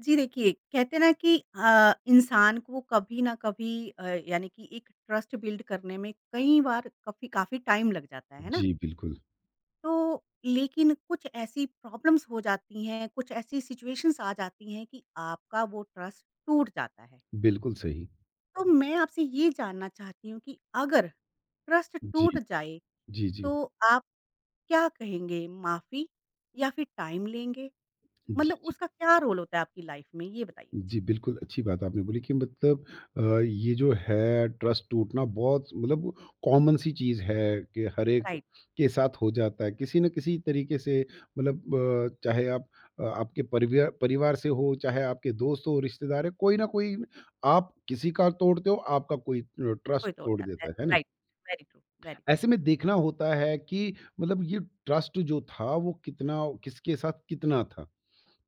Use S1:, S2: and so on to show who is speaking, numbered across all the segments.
S1: जी देखिए, कहते हैं ना कि इंसान को कभी ना कभी यानी कि एक ट्रस्ट बिल्ड करने में कई बार काफ़ी काफ़ी टाइम लग जाता है ना?
S2: जी, बिल्कुल।
S1: तो लेकिन कुछ ऐसी प्रॉब्लम्स हो जाती हैं, कुछ ऐसी सिचुएशंस आ जाती हैं कि आपका वो ट्रस्ट टूट जाता है।
S2: बिल्कुल सही।
S1: तो मैं आपसे ये जानना चाहती हूँ कि अगर ट्रस्ट
S2: जी।
S1: टूट जाए,
S2: जी, जी।
S1: तो आप क्या कहेंगे? माफ़ी या फिर टाइम लेंगे?
S2: जी,
S1: मतलब
S2: जी।
S1: उसका क्या रोल होता है आपकी लाइफ़ में? ये बताइए मुझे।
S2: जी, बिल्कुल अच्छी बात आपने बोली कि मतलब ये जो है ट्रस्ट टूटना बहुत मतलब कॉमन सी चीज़ है कि हर एक
S1: राइट।
S2: के साथ हो जाता है। किसी न किसी तरीके से मतलब चाहे आप आपके परिव्या परिवार से हो, चाहे आपके दोस्त हो, रिश्तेदार है, कोई ना कोई आप किसी का तोड़ते हो, आपका कोई ट्रस्ट
S1: कोई तोड़
S2: तोड़
S1: जाता है,
S2: देता है। है ना?
S1: Right, very true, very true.
S2: ऐसे में देखना होता है कि मतलब ये ट्रस्ट जो था वो कितना किसके साथ कितना था।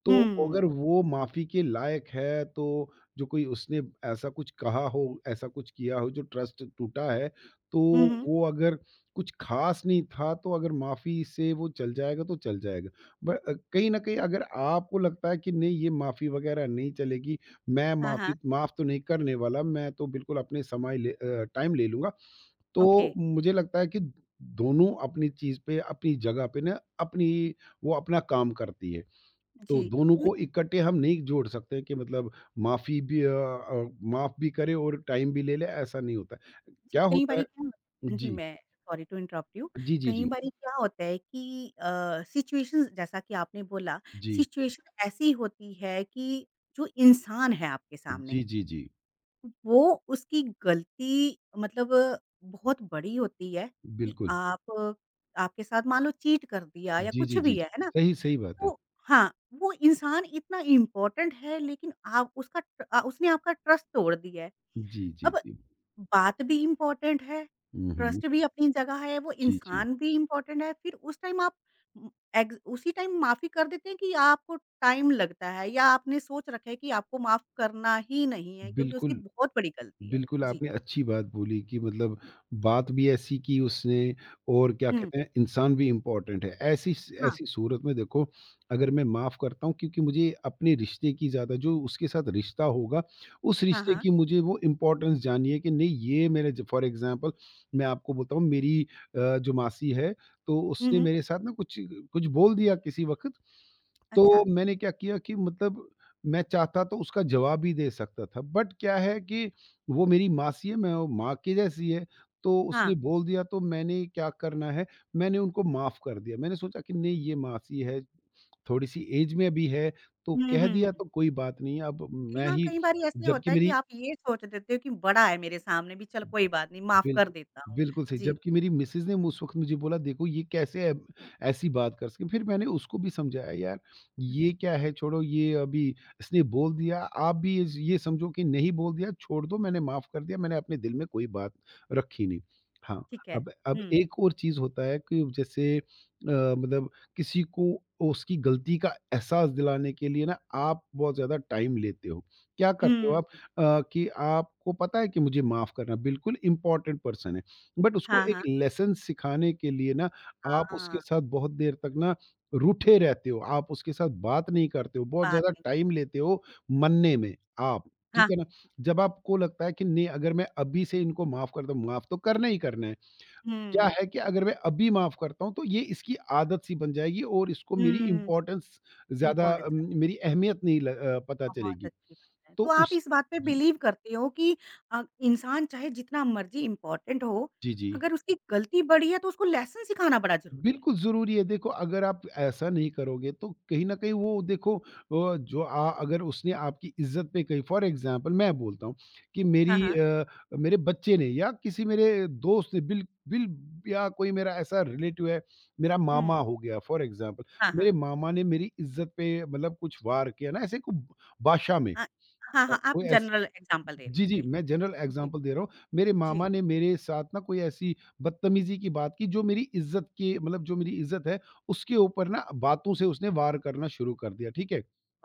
S2: तो
S1: हुँ।
S2: अगर वो माफ़ी के लायक है तो जो कोई उसने ऐसा कुछ कहा हो, ऐसा कुछ किया हो जो ट्रस्ट टूटा है, तो
S1: हुँ, हुँ।
S2: वो अगर कुछ ख़ास नहीं था तो अगर माफ़ी से वो चल जाएगा तो चल जाएगा। ब कहीं न कहीं अगर आपको लगता है कि नहीं ये माफ़ी वग़ैरह नहीं चलेगी, मैं
S1: हाँ, हाँ,
S2: माफ़ी माफ़ तो नहीं करने वाला, मैं तो बिल्कुल अपने टाइम ले लूँगा
S1: ओके,
S2: तो मुझे लगता है कि दोनों अपनी चीज़ पे, अपनी जगह पे ना अपनी वो अपना काम करती है। तो
S1: जी,
S2: दोनों
S1: न
S2: को इकट्ठे हम नहीं जोड़ सकते कि मतलब माफ़ भी करे और टाइम भी ले ले, ऐसा नहीं होता है।
S1: जी,
S2: क्या
S1: कई
S2: होता
S1: बारी
S2: है
S1: क्या होता है- जी,
S2: जी।
S1: मैं सॉरी टू इंटरप्ट यू।
S2: जी, जी,
S1: कई
S2: जी।
S1: बारी क्या होता है कि सिचुएशंस जैसा कि आपने बोला,
S2: जी।
S1: सिचुएशन ऐसी होती है कि जो इंसान है आपके सामने,
S2: जी, जी, जी।
S1: वो उसकी गलती मतलब बहुत बड़ी होती है कि
S2: बिल्कुल।
S1: आप आपके साथ मान लो चीट कर दिया या
S2: जी,
S1: कुछ
S2: जी, जी,
S1: भी
S2: जी।
S1: है ना?
S2: सही, सही बात है।
S1: तो हाँ, वो इंसान इतना इम्पोर्टेंट है लेकिन आप उसका उसने आपका ट्रस्ट तोड़ दिया है।
S2: जी, जी,
S1: अब
S2: जी।
S1: बात भी इम्पोर्टेंट है,
S2: हुँ, हुँ।
S1: ट्रस्ट भी अपनी जगह है, वो
S2: जी, जी।
S1: इंसान भी इम्पोर्टेंट है, फिर उस टाइम आप उम, एग्ज़ उसी टाइम माफ़ी कर देते हैं कि आपको टाइम लगता है या आपने सोच रखा है कि आपको माफ़ करना ही नहीं है क्योंकि उसकी
S2: बिल्कुल।
S1: बहुत बड़ी गलती है।
S2: बिल्कुल,
S1: जी।
S2: आपने अच्छी बात बोली कि मतलब बात भी ऐसी की उसने और क्या
S1: हुँ,
S2: कहते हैं, इंसान भी इम्पोर्टेंट है।
S1: हाँ।
S2: ऐसी सूरत में देखो, अगर मैं माफ़ करता हूँ क्योंकि मुझे अपने रिश्ते की ज़्यादा जो उसके साथ रिश्ता होगा, उस
S1: हाँ,
S2: रिश्ते
S1: हाँ।
S2: की मुझे वो इम्पोर्टेंस जाननी है कि नहीं ये मेरे ज फॉर एग्ज़ाम्पल मैं आपको बताऊँ मेरी जो मासी है, तो
S1: हुँ,
S2: उसने
S1: हुँ।
S2: मेरे साथ ना कुछ कुछ बोल दिया किसी वक़्त,
S1: अच्छा।
S2: तो मैंने क्या किया कि मतलब मैं चाहता तो उसका जवाब भी दे सकता था। बट क्या है कि वो मेरी मासी है, मैं वो माँ की जैसी है, तो
S1: हाँ।
S2: उसने बोल दिया तो मैंने क्या करना है, मैंने उनको माफ़ कर दिया। मैंने सोचा कि नहीं ये मासी है, थोड़ी-सी ऐज में भी है, तो
S1: हुँ,
S2: कह
S1: हुँ, हुँ।
S2: दिया तो कोई बात नहीं है अब मैं
S1: हाँ,
S2: ही
S1: कई बारी ऐसे होता
S2: जबकि
S1: है कि
S2: मेरी
S1: आप ये सोच देते हो कि बड़ा है मेरे सामने भी चल कोई बात नहीं माफ़ कर
S2: बिल्कुल,
S1: देता हूँ।
S2: बिल्कुल सही।
S1: जी,
S2: जबकि मेरी मिसेज़ ने उस वक़्त मुझे बोला देखो ये कैसे ऐ ऐसी बात कर सके? फिर मैंने उसको भी समझाया यार ये क्या है छोड़ो ये अभी इसने बोल दिया, आप भी इस ये समझो कि नहीं बोल दिया, छोड़ दो मैंने माफ़ कर दिया, मैंने अपने दिल में कोई बात रखी नहीं। हाँ,
S1: ठीक है।
S2: अब
S1: हुँ,
S2: एक और चीज़ होता है कि जैसे मतलब किसी को उसकी गलती का एहसास दिलाने के लिए ना आप बहुत ज़्यादा टाइम लेते हो। क्या करते हो
S1: हुँ।
S2: आप? कि आपको पता है कि मुझे माफ़ करना बिल्कुल इम्पोर्टेंट पर्सन है। बट उसको
S1: हाँ, हाँ,
S2: एक लेसन सिखाने के लिए ना आप उसके
S1: हाँ।
S2: साथ बहुत देर तक ना रूठे रहते हो, आप उसके साथ बात नहीं करते हो, बहुत
S1: बात
S2: ज़्यादा
S1: नहीं कर-
S2: टाइम लेते हो मनने में आप,
S1: हाँ,
S2: ठीक है ना? जब आपको लगता है कि नहीं अगर मैं अभी से इनको माफ़ कर दूँ, माफ़ तो करना ही करना है। क्या
S1: हुँ,
S2: है कि अगर मैं अभी माफ़ करता हूँ तो ये इसकी आदत सी बन जाएगी और इसको मेरी
S1: हुँ।
S2: इम्पोर्टेंस ज़्यादा
S1: इम्पोर्टेंस का
S2: मेरी अहमियत नहीं पता
S1: बहुत
S2: चलेगी।
S1: अच्छी बात है। तो
S2: तो
S1: आप
S2: उस
S1: इस बात पे
S2: जी,
S1: बिलीव करते हो कि इंसान चाहे जितना मर्ज़ी इम्पोर्टेंट हो,
S2: जी, जी।
S1: अगर उसकी गलती बड़ी है तो उसको लेसन सिखाना बड़ा ज़रूरी है।
S2: बिल्कुल ज़रूरी है। देखो अगर आप ऐसा नहीं करोगे तो कहीं न कहीं वो देखो जो अगर उसने आपकी इज़्ज़त पे कहीं फॉर एग्ज़ाम्पल मैं बोलता हूँ कि
S1: हाँ,
S2: मेरी
S1: हाँ।
S2: मेरे बच्चे ने या किसी मेरे दोस्त ने बिल बिल या कोई मेरा ऐसा रिलेटिव है, मेरा मामा
S1: हुँ।
S2: हो गया फॉर एग्ज़ाम्पल,
S1: हाँ, हाँ।
S2: मेरे मामा ने मेरी इज़्ज़त पे मतलब कुछ वार किया ना ऐसे को भाषा में
S1: हाँ, हाँ, हाँ। आप
S2: कोई ऐस
S1: जनरल एग्ज़ाम्पल दे रहे
S2: जी,
S1: हैं,
S2: जी,
S1: बिल्कुल।
S2: मैं जनरल
S1: जी,
S2: एग्ज़ाम्पल दे रहा हूँ। मेरे
S1: जी।
S2: मामा ने मेरे साथ ना कोई ऐसी बदतमीज़ी की बात की जो मेरी इज़्ज़त के मतलब जो मेरी इज़्ज़त है, उसके ऊपर ना बातों से उसने वार करना शुरू कर दिया, ठीक है?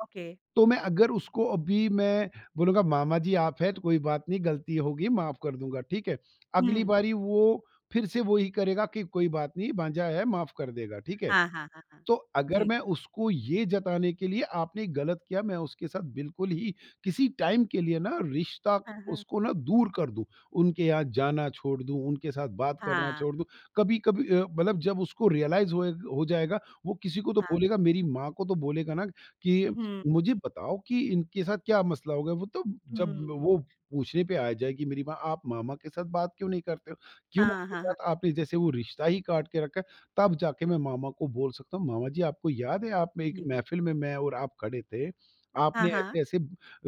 S1: ओके।
S2: तो मैं अगर उसको अभी मैं बोलूँगा मामा जी आप हैं तो कोई बात नहीं गलती होगी माफ़ कर दूँगा, ठीक है? अगली
S1: हुँ।
S2: बारी वो फिर से वो ही करेगा कि कोई बात नहीं भांजा है माफ़ कर देगा, ठीक है?
S1: हाँ, हाँ, हाँ, हाँ।
S2: तो अगर
S1: जी।
S2: मैं उसको ये जताने के लिए आपने गलत किया मैं उसके साथ बिल्कुल ही किसी टाइम के लिए ना रिश्ता
S1: हाँ, हाँ।
S2: उसको ना दूर कर दूं उनके यहाँ जाना छोड़ दूं उनके साथ बात करना
S1: हाँ,
S2: छोड़ दूं कभी कभी मतलब जब उसको रियलाइज हो जाएगा वो किसी को तो
S1: हाँ।
S2: बोलेगा मेरी माँ को तो बोलेगा ना कि
S1: हुँ,
S2: मुझे बताओ कि इनके साथ क्या मसला हो गया वो तो जब
S1: हुँ।
S2: वो पूछने पे आ जाएगी मेरी माँ आप मामा के साथ बात क्यों नहीं करते हो क्यों
S1: हाँ,
S2: उनके
S1: हाँ, हाँ।
S2: साथ आपने जैसे वो रिश्ता ही काट के रखा है, तब जाके मैं मामा को बोल सकता हूँ, "मामा जी आपको याद है आप में एक
S1: जी, जी।
S2: महफ़िल में मैं और आप खड़े थे,
S1: हाँ,
S2: आपने
S1: हाँ।
S2: ऐसे-ऐसे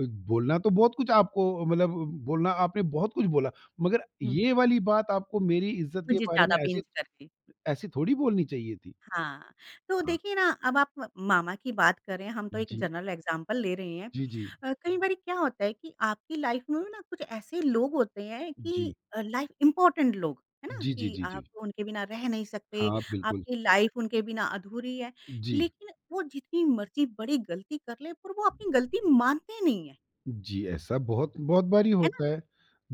S2: बोलना तो बहुत कुछ आपको मतलब बोलना आपने बहुत कुछ बोला, मगर
S1: हुँ,
S2: ये वाली बात आपको मेरी इज़्ज़त के
S1: मुझे
S2: बारे
S1: ज़्यादा
S2: में ऐसे
S1: पिंच करके।
S2: ऐसे थोड़ी बोलनी चाहिए थी।"
S1: हाँ, तो
S2: हाँ।
S1: देखिए ना अब आप मामा की बात करें, हम तो एक
S2: जी।
S1: जनरल एग्ज़ाम्पल ले रहे हैं।
S2: जी, जी।
S1: कई बारी क्या होता है कि आपकी लाइफ़ में ना कुछ ऐसे लोग होते हैं कि
S2: जी।
S1: लाइफ़ इम्पोर्टेंट लोग, है ना?
S2: जी, जी,
S1: कि
S2: जी,
S1: आप
S2: जी।
S1: उनके बिना रह नहीं सकते,
S2: हाँ, बिल्कुल।
S1: आपकी लाइफ़ उनके बिना अधूरी है।
S2: जी।
S1: लेकिन वो जितनी मर्ज़ी बड़ी गलती कर ले पर वो अपनी गलती मानते नहीं हैं।
S2: जी, ऐसा बहुत बहुत बारी
S1: है ना?
S2: होता है।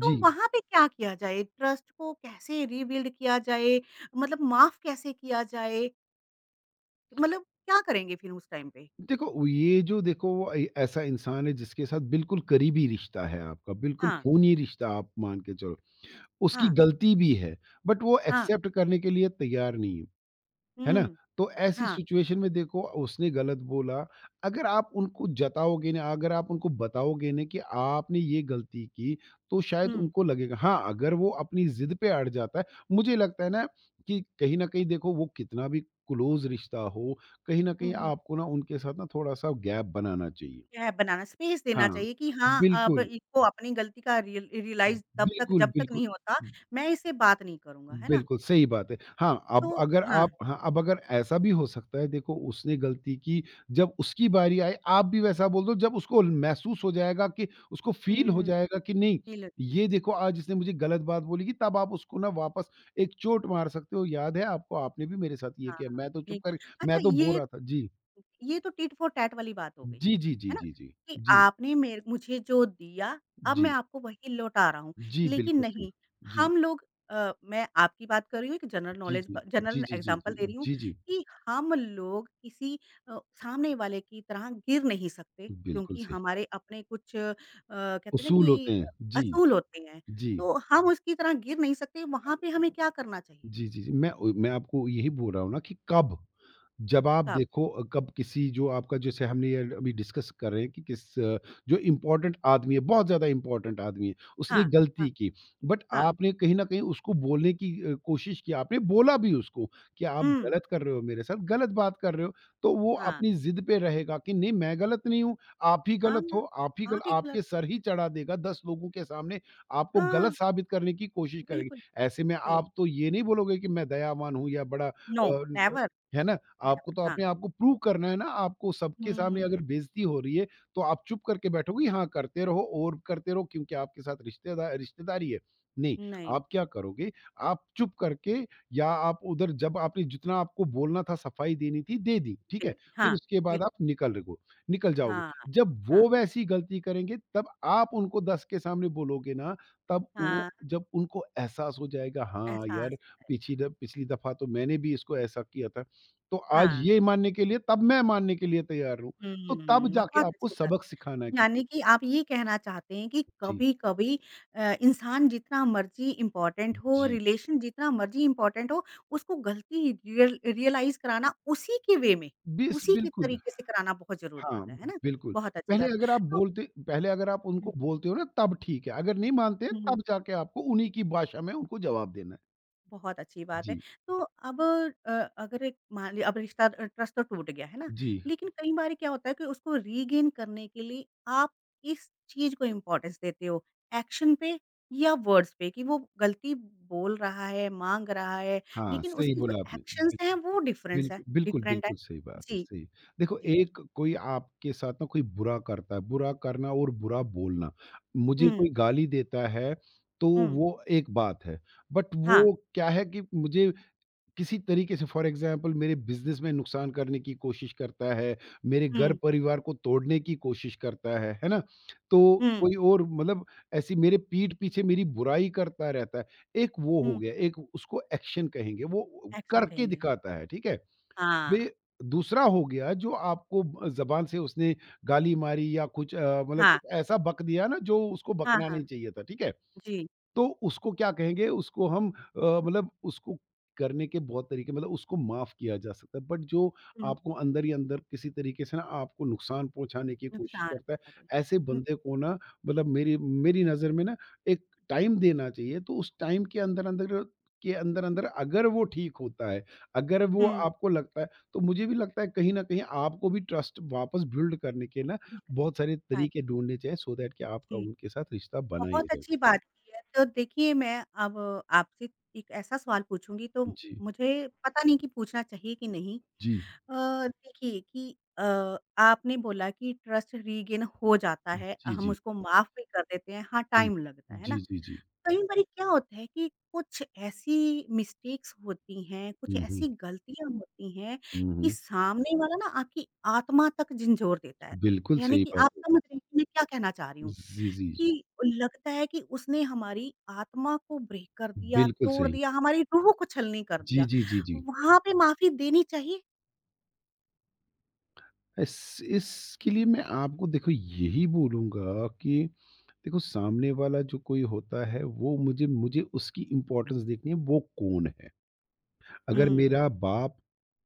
S1: तो वहाँ पे क्या किया जाए? ट्रस्ट को कैसे रीबिल्ड किया जाए? मतलब माफ़ कैसे किया जाए? मतलब क्या करेंगे फिर उस टाइम पे?
S2: देखो, वो ये जो देखो ए ऐसा इंसान है जिसके साथ बिल्कुल करीबी रिश्ता है आपका, बिल्कुल
S1: हाँ,
S2: खूनी रिश्ता आप मान के चलो। उसकी
S1: हाँ,
S2: गलती भी है, बट वो
S1: हाँ,
S2: एक्सेप्ट करने के लिए तैयार नहीं है। है ना?
S1: हुँ,
S2: तो ऐसी
S1: हाँ,
S2: सिचुएशन में देखो उसने गलत बोला, अगर आप उनको जताओगे ना, अगर आप उनको बताओगे ना कि आपने ये गलती की, तो शायद
S1: हुँ,
S2: उनको लगेगा हाँ, अगर वो अपनी ज़िद पे अड़ जाता है मुझे लगता है ना कि कहीं न कहीं देखो वो कितना भी क्लोज़ रिश्ता हो, कहीं न
S1: हुँ,
S2: कहीं
S1: हुँ।
S2: आपको ना उनके साथ ना थोड़ा-सा गैप बनाना चाहिए।
S1: क्या है बनाना स्पेस देना
S2: हाँ,
S1: चाहिए कि हाँ, अब
S2: बिल्कुल,
S1: इसको अपनी गलती का रियलाइज़ तब तक
S2: बिल्कुल,
S1: जब तक
S2: बिल्कुल।
S1: नहीं होता, मैं इससे बात नहीं करूँगा, है ना?
S2: बिल्कुल, सही बात है। हाँ,
S1: तो
S2: अब अगर
S1: हाँ,
S2: आप हाँ, अब अगर ऐसा भी हो सकता है देखो उसने गलती की, जब उसकी बारी आए आप भी वैसा बोल दो जब उसको महसूस हो जाएगा कि उसको
S1: हुँ,
S2: फ़ील हो
S1: हुँ, हुँ,
S2: जाएगा कि नहीं,
S1: हुँ,
S2: ये देखो आज इसने मुझे गलत बात बोली कि तब आप उसको ना वापस एक चोट मार सकते हो, याद है आपको आपने भी मेरे साथ ये किया,
S1: हाँ,
S2: मैं तो
S1: ये
S2: चुप कर
S1: अच्छा
S2: मैं तो बोल रहा था। जी।
S1: ये तो टिट फॉर टैट वाली बात हो गई,
S2: जी, जी, जी,
S1: है ना?
S2: जी, जी।
S1: कि
S2: जी,
S1: आपने मेर मुझे जो दिया, अब मैं
S2: जी।
S1: आपको वही लौटा रहा हूँ।
S2: जी,
S1: लेकिन
S2: बिल्कुल सही।
S1: नहीं,
S2: जी,
S1: हम लोग मैं आपकी बात कर रही हूँ, एक जनरल
S2: जी,
S1: नॉलेज
S2: जी।
S1: ब
S2: जी,
S1: जनरल
S2: जी, जी,
S1: एग्ज़ाम्पल
S2: जी।
S1: दे रही हूँ
S2: जी, जी।
S1: कि हम लोग किसी सामने वाले की तरह गिर नहीं सकते,
S2: बिल्कुल
S1: क्योंकि
S2: सही।
S1: हमारे अपने कुछ कहते हैं ना
S2: उसूल
S1: कि
S2: होते हैं। जी,
S1: असूल होते हैं,
S2: जी।
S1: तो हम उसकी तरह गिर नहीं सकते, वहाँ पे हमें क्या करना चाहिए?
S2: जी, जी, जी। मैं ओ मैं आपको यही बोल रहा हूँ ना कि कब? जब आप
S1: तब
S2: देखो कब किसी जो आपका जैसे हमने ये अभी डिस्कस कर रहे हैं कि किस जो इम्पोर्टेंट आदमी है, बहुत ज़्यादा इम्पोर्टेंट आदमी है, उसने
S1: हाँ, हाँ,
S2: गलती की, बट
S1: हाँ।
S2: आपने कहीं न कहीं उसको बोलने की कोशिश की, आपने बोला भी उसको कि आप
S1: हुँ,
S2: गलत कर रहे हो मेरे साथ, गलत बात कर रहे हो, तो वो
S1: हाँ।
S2: अपनी ज़िद पे रहेगा कि नहीं मैं गलत नहीं हूँ, आप ही
S1: हाँ,
S2: गलत हो, आप ही
S1: आप
S2: गल
S1: ही गलत
S2: आपके
S1: हो।
S2: सर ही चढ़ा देगा 10 लोगों के सामने, आपको
S1: हाँ,
S2: गलत साबित करने की कोशिश करेगी।
S1: बिल्कुल
S2: ऐसे में
S1: सही।
S2: आप तो ये नहीं बोलोगे कि मैं दयावान हूँ या बड़ा
S1: नो,
S2: न
S1: नेवर,
S2: है ना? आपको
S1: नेवर
S2: तो
S1: हाँ।
S2: अपने आप को प्रूव करना है ना, आपको सबके
S1: हुँ, हुँ,
S2: सामने अगर
S1: हुँ।
S2: बेइज़्ज़ती हो रही है, तो आप चुप करके बैठोगे, हाँ, करते रहो और करते रहो क्योंकि आपके साथ रिश्तेदारी है। नहीं,
S1: नहीं,
S2: आप क्या करोगे, आप चुप करके या आप उधर जब आपने जितना आपको बोलना था, सफाई देनी थी, दे दी, ठीक है?
S1: तेरी
S2: फिर
S1: हाँ,
S2: उसके
S1: बिल
S2: बाद आप निकल रहे हो निकल जाओगे।
S1: हाँ,
S2: जब
S1: हाँ,
S2: वो वैसी गलती करेंगे, तब आप उनको 10 के सामने बोलोगे ना, तब वो
S1: हाँ,
S2: जब उनको एहसास हो जाएगा, हाँ,
S1: एहसास
S2: यार,
S1: बताएगा।
S2: पिछली दफ़ा तो मैंने भी इसको ऐसा किया था। तो आज
S1: हाँ,
S2: ये मानने के लिए तब मैं मानने के लिए तैयार हूँ। तो तब
S1: हुँ,
S2: जाके
S1: बहुत
S2: आपको
S1: अच्छी बात
S2: सबक सिखाना है
S1: है।
S2: किसी
S1: यानी कि
S2: को।
S1: आप ये कहना चाहते हैं कि
S2: जी,
S1: कभी-कभी इंसान जितना मर्ज़ी इम्पोर्टेंट हो,
S2: जी।
S1: रिलेशन जितना मर्ज़ी इम्पोर्टेंट हो, उसको गलती रियलाइज़ कराना उसी के वे में,
S2: बिस
S1: उसी के
S2: बिल्कुल,
S1: तरीके से कराना बहुत ज़रूरी
S2: हाँ,
S1: होता है ना?
S2: बिल्कुल।
S1: बहुत अच्छी
S2: पहले
S1: बात
S2: अगर
S1: है।
S2: आप
S1: तो
S2: बोलते पहले अगर आप उनको बोलते हो ना तब ठीक है, अगर नहीं मानते
S1: हुँ।
S2: तब जाके आपको उन्हीं की भाषा में उनको जवाब देना है।
S1: बहुत अच्छी बात है।
S2: जी,
S1: तो अब अ, अगर एक मान ली अब रिश्ता ट्रस्ट तो टूट गया, है ना?
S2: जी।
S1: लेकिन कई बार क्या होता है कि उसको रीगेन करने के लिए आप किस चीज़ को इम्पोर्टेंस देते हो? एक्शन पे या वर्ड्स पे कि वो गलती बोल रहा है, माँग रहा है,
S2: हाँ,
S1: लेकिन
S2: सही
S1: उसकी जो
S2: बोला आपने।
S1: एक्शंस
S2: बिल्कुल।
S1: हैं वो डिफरेंस है
S2: बिल्कुल, बिल्कुल,
S1: डिफरेंट है।
S2: बिल्कुल सही बात है,
S1: जी,
S2: सही। देखो
S1: जी।
S2: एक कोई आपके साथ ना कोई बुरा करता है, बुरा करना और बुरा बोलना। मुझे
S1: हुँ,
S2: कोई गाली देता है, तो
S1: हुँ,
S2: वो एक बात है। बट वो
S1: हाँ,
S2: क्या है कि मुझे किसी तरीके से फ़ॉर एग्ज़ाम्पल मेरे बिज़नेस में नुकसान करने की कोशिश करता है, मेरे
S1: हुँ,
S2: घर-परिवार को तोड़ने की कोशिश करता है ना? तो
S1: हुँ,
S2: कोई और मतलब ऐसी मेरे पीठ पीछे मेरी बुराई करता रहता है। एक वो हो
S1: हुँ,
S2: गया, एक उसको एक्शन कहेंगे, वो
S1: एक्शन
S2: करके
S1: कहेंगे।
S2: दिखाता है, ठीक है?
S1: हाँ,
S2: वे दूसरा हो गया जो आपको ब ज़बान से उसने गाली मारी या कुछ मतलब
S1: हाँ,
S2: कुछ ऐसा बक दिया ना जो उसको
S1: हाँ,
S2: बकना
S1: हाँ,
S2: नहीं चाहिए था, ठीक है?
S1: जी।
S2: तो उसको क्या कहेंगे उसको हम मतलब उसको करने के बहुत तरीके मतलब उसको माफ़ किया जा सकता है बट जो
S1: हुँ,
S2: आपको अंदर ही अंदर किसी तरीके से ना आपको नुकसान पहुंचाने की कोशिश
S1: नुकसान
S2: करता है
S1: पहुँचा
S2: ऐसे
S1: रहे।
S2: बंदे को ना मतलब मेरी मेरी नज़र में ना एक टाइम देना चाहिए तो उस टाइम के अंदर अंदर अगर वो ठीक होता है अगर वो
S1: हुँ,
S2: आपको लगता है तो मुझे भी लगता है कहीं ना कहीं आपको भी ट्रस्ट वापस बिल्ड करने के ना
S1: बिल्कुल,
S2: बहुत सारे तरीके
S1: टाइम
S2: ढूंढने चाहिए सो दैट कि आपका
S1: जी,
S2: उनके साथ रिश्ता बना ही
S1: बहुत
S2: रहे।
S1: अच्छी बात की है। तो देखिए मैं अब आपसे एक ऐसा सवाल पूछूँगी तो
S2: जी
S1: मुझे पता नहीं कि पूछना चाहिए कि नहीं।
S2: जी।
S1: अ, देखिए कि आपने बोला कि ट्रस्ट रीगेन हो जाता है,
S2: जी,
S1: हम
S2: जी,
S1: उसको माफ़ भी कर देते हैं, हाँ,
S2: जी।
S1: टाइम लगता है
S2: जी,
S1: ना?
S2: जी, जी।
S1: कई बार क्या होता है कि कुछ ऐसी मिस्टेक्स होती हैं, कुछ
S2: हुँ, हुँ।
S1: ऐसी गलतियाँ होती हैं
S2: हुँ,
S1: कि
S2: हुँ।
S1: सामने वाला ना आपकी आत्मा तक झिंझोर देता है।
S2: बिल्कुल
S1: यानी
S2: सही
S1: कि
S2: बात
S1: आप
S2: है।
S1: समझ रहे हैं कि मैं क्या कहना चाह रही हूँ
S2: जी, जी, जी।
S1: कि लगता है कि उसने हमारी आत्मा को ब्रेक कर दिया,
S2: बिल्कुल
S1: तोड़
S2: सही।
S1: दिया, हमारी रूह को छलनी कर
S2: जी,
S1: दिया।
S2: जी, जी, जी।
S1: वहाँ पे माफ़ी देनी चाहिए?
S2: इस इसके लिए मैं आपको देखो यही बोलूँगा कि देखो सामने वाला जो कोई होता है वो मुझे मुझे उसकी इम्पोर्टेंस देखनी है वो कौन है। अगर
S1: हुँ,
S2: मेरा बाप,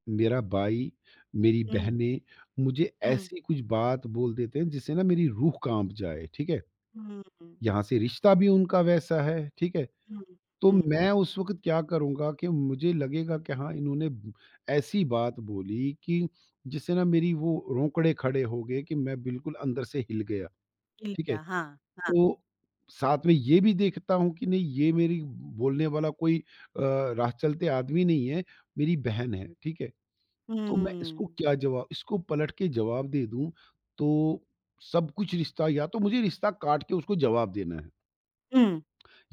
S2: मेरा भाई, मेरी
S1: हुँ,
S2: बहनें मुझे
S1: हुँ,
S2: ऐसी कुछ बात बोल देते हैं जिससे ना मेरी रूह काँप जाए, ठीक है?
S1: हुँ, हुँ,
S2: यहाँ से रिश्ता भी उनका वैसा है, ठीक है? तो
S1: हुँ,
S2: मैं उस वक़्त क्या करूँगा कि मुझे लगेगा कि हाँ, इन्होंने ब ऐसी बात बोली कि जिससे ना मेरी वो रोंकड़े खड़े हो गए कि मैं बिल्कुल अंदर से हिल गया,
S1: मिल
S2: ठीक है?
S1: गया। हाँ, हाँ।
S2: तो साथ में ये भी देखता हूँ कि नहीं ये मेरी बोलने वाला कोई राह चलते आदमी नहीं है, मेरी बहन है, ठीक है?
S1: हुँ,
S2: तो मैं इसको
S1: हुँ,
S2: क्या जवाब इसको पलट के जवाब दे दूँ, तो सब कुछ रिश्ता या तो मुझे रिश्ता काट के उसको जवाब देना है।
S1: हुँ,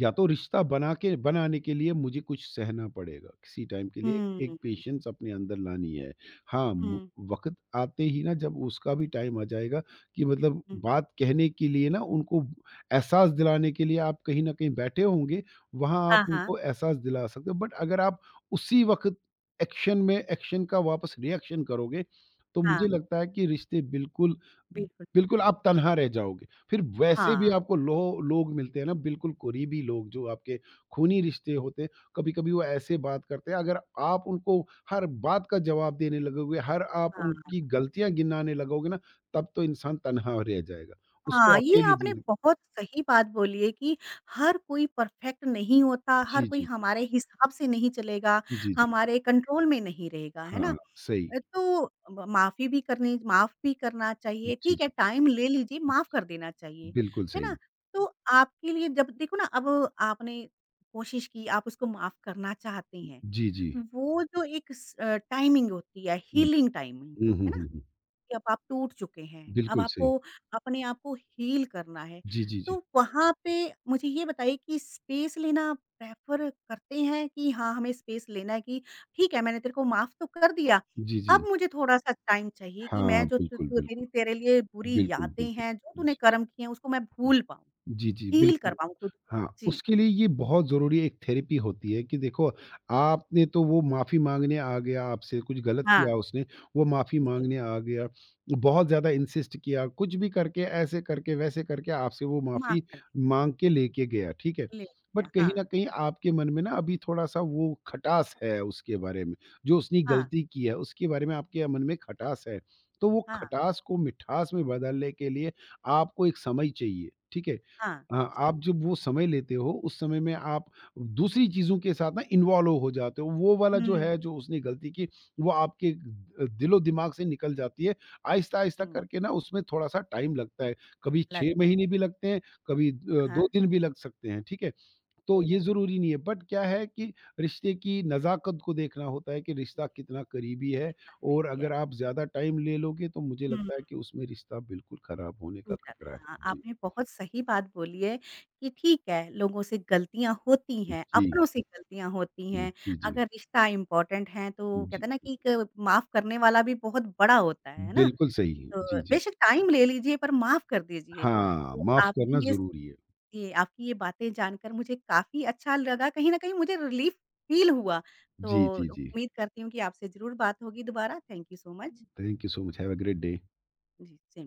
S2: या तो रिश्ता बना के बनाने के लिए मुझे कुछ सहना पड़ेगा किसी टाइम के लिए
S1: हुँ,
S2: एक पेशेंस अपने अंदर लानी है। हाँ मु-
S1: हुँ,
S2: वक्त आते ही ना जब उसका भी टाइम आ जाएगा कि मतलब
S1: हुँ।
S2: बात कहने के लिए ना उनको एहसास दिलाने के लिए आप कहीं ना कहीं बैठे होंगे वहाँ
S1: हाँ,
S2: आप
S1: हाँ।
S2: उनको एहसास दिला सकते हो बट अगर आप उसी वक्त एक्शन में एक्शन का वापस रिएक्शन करोगे तो
S1: हाँ,
S2: मुझे लगता है कि रिश्ते बिल्कुल
S1: बिल्कुल टूट
S2: बिल्कुल
S1: जाएँगे।
S2: आप तनहा रह जाओगे फिर वैसे भी
S1: हाँ,
S2: आपको लो लोग मिलते हैं ना बिल्कुल करीबी लोग जो आपके खूनी रिश्ते होते हैं कभी-कभी वो ऐसे बात करते हैं अगर आप उनको हर बात का जवाब देने लगोगे, हर आप उनकी
S1: हाँ,
S2: गलतियाँ गिनाने लगोगे ना तब तो इंसान तन्हा रह जाएगा।
S1: हाँ,
S2: उसको
S1: ये
S2: अकेली
S1: आपने
S2: ज़िंदगी।
S1: बहुत सही बात बोली है कि हर कोई परफेक्ट नहीं होता, हर
S2: जी,
S1: कोई
S2: जी, जी।
S1: हमारे हिसाब से नहीं चलेगा,
S2: जी, जी, जी।
S1: हमारे कंट्रोल में नहीं रहेगा, है ना?
S2: हाँ, सही।
S1: तो म माफ़ी भी करनी माफ़ भी करना चाहिए,
S2: जी,
S1: ठीक है,
S2: जी।
S1: टाइम ले लीजिए, माफ़ कर देना चाहिए,
S2: बिल्कुल
S1: है ना?
S2: सही।
S1: तो आपके लिए जब देखो ना अब आपने कोशिश की, आप उसको माफ़ करना चाहते हैं,
S2: जी, जी।
S1: वो जो एक टाइमिंग होती है,
S2: हुँ।
S1: हीलिंग टाइमिंग,
S2: हुँ,
S1: है
S2: हुँ,
S1: ना?
S2: हुँ, हुँ।
S1: कि अब आप टूट चुके हैं, अब
S2: बिल्कुल सही।
S1: आपको अपने आप को हील करना है।
S2: जी, जी, जी।
S1: तो वहाँ पे मुझे ये बताइए कि स्पेस लेना प्रेफ़र करते हैं कि हाँ, हमें स्पेस लेना है कि ठीक है, मैंने तेरे को माफ़ तो कर दिया,
S2: जी,
S1: अब
S2: जी।
S1: मुझे थोड़ा-सा टाइम चाहिए कि मैं
S2: हाँ,
S1: जो तु
S2: बिल्कुल,
S1: तु मेरी
S2: बिल्कुल।
S1: तेरे लिए बुरी
S2: बिल्कुल,
S1: यादें
S2: बिल्कुल।
S1: हैं, जो
S2: जी,
S1: तूने
S2: जी।
S1: कर्म किए हैं, उसको मैं भूल पाऊँ,
S2: जी, जी,
S1: हील कर
S2: बिल्कुल।
S1: पाऊँ खुद को।
S2: हाँ,
S1: जी,
S2: उसके लिए ये बहुत ज़रूरी एक थेरेपी होती है कि देखो, आपने तो वो माफ़ी माँगने आ गया, आपसे कुछ गलत
S1: हाँ,
S2: किया उसने, वो माफ़ी
S1: जी,
S2: माँगने आ गया, बहुत ज़्यादा इंसिस्ट किया, कुछ भी करके, ऐसे करके, वैसे करके आपसे वो
S1: माफ़
S2: माफ़ी
S1: कर
S2: माँग के लेके गया, ठीक है?
S1: दिया, ले
S2: बट
S1: लिया,
S2: कहीं न
S1: हाँ,
S2: कहीं आपके मन में ना अभी थोड़ा-सा वो खटास है उसके बारे में, जो उसने
S1: हाँ,
S2: गलती की है, उसके बारे में आपके मन में खटास है। तो वो
S1: हाँ,
S2: खटास को मिठास में बदलने के लिए आपको एक समय चाहिए, ठीक है?
S1: हाँ, जी।
S2: आप जब वो समय लेते हो, उस समय में आप दूसरी चीज़ों के साथ ना इन्वॉल्व हो जाते हो। वो वाला जो
S1: हुँ,
S2: है, जो उसने गलती की, वो आपके दिलो-दिमाग से निकल जाती है। आहिस्ता-आहिस्ता
S1: हुँ,
S2: करके ना उसमें थोड़ा-सा टाइम लगता है। कभी 6
S1: लगता है।
S2: महीने भी लगते हैं, कभी
S1: हाँ,
S2: 2 दिन भी लग सकते हैं, ठीक है? तो ये
S1: ओके।
S2: ज़रूरी नहीं है, बट क्या है कि रिश्ते की नज़ाकत को देखना होता है कि रिश्ता
S1: जी,
S2: कितना करीबी है
S1: इतना सही
S2: और
S1: भी है। या
S2: अगर आप ज़्यादा टाइम ले लोगे, तो मुझे
S1: हुँ,
S2: लगता है कि उसमें रिश्ता बिल्कुल ख़राब होने का
S1: टूट जाते
S2: खतरा है।
S1: हैं। हाँ,
S2: जी।
S1: आपने बहुत सही बात बोली है कि ठीक है, लोगों से गलतियाँ होती हैं,
S2: जी।
S1: अपनों से गलतियाँ होती हैं।
S2: जी, जी।
S1: अगर रिश्ता इम्पोर्टेंट है तो कहते
S2: जी,
S1: हैं ना कि एक माफ़ करने वाला भी बहुत बड़ा होता है ना?
S2: बिल्कुल सही। है।
S1: तो
S2: जी, जी।
S1: बेशक टाइम ले लीजिए पर माफ़ कर दीजिए।
S2: हाँ,
S1: तो
S2: माफ़ करना
S1: आपकी ये स
S2: ज़रूरी है।
S1: ये आपकी ये बातें जानकर मुझे काफ़ी अच्छा लगा, कहीं न कहीं मुझे रिलीफ़ फ़ील हुआ।
S2: जी,
S1: तो
S2: जी, जी।
S1: उम्मीद करती हूँ कि आपसे ज़रूर बात होगी दोबारा। Thank you so much.
S2: Thank you so much. Have a great day.
S1: जी, से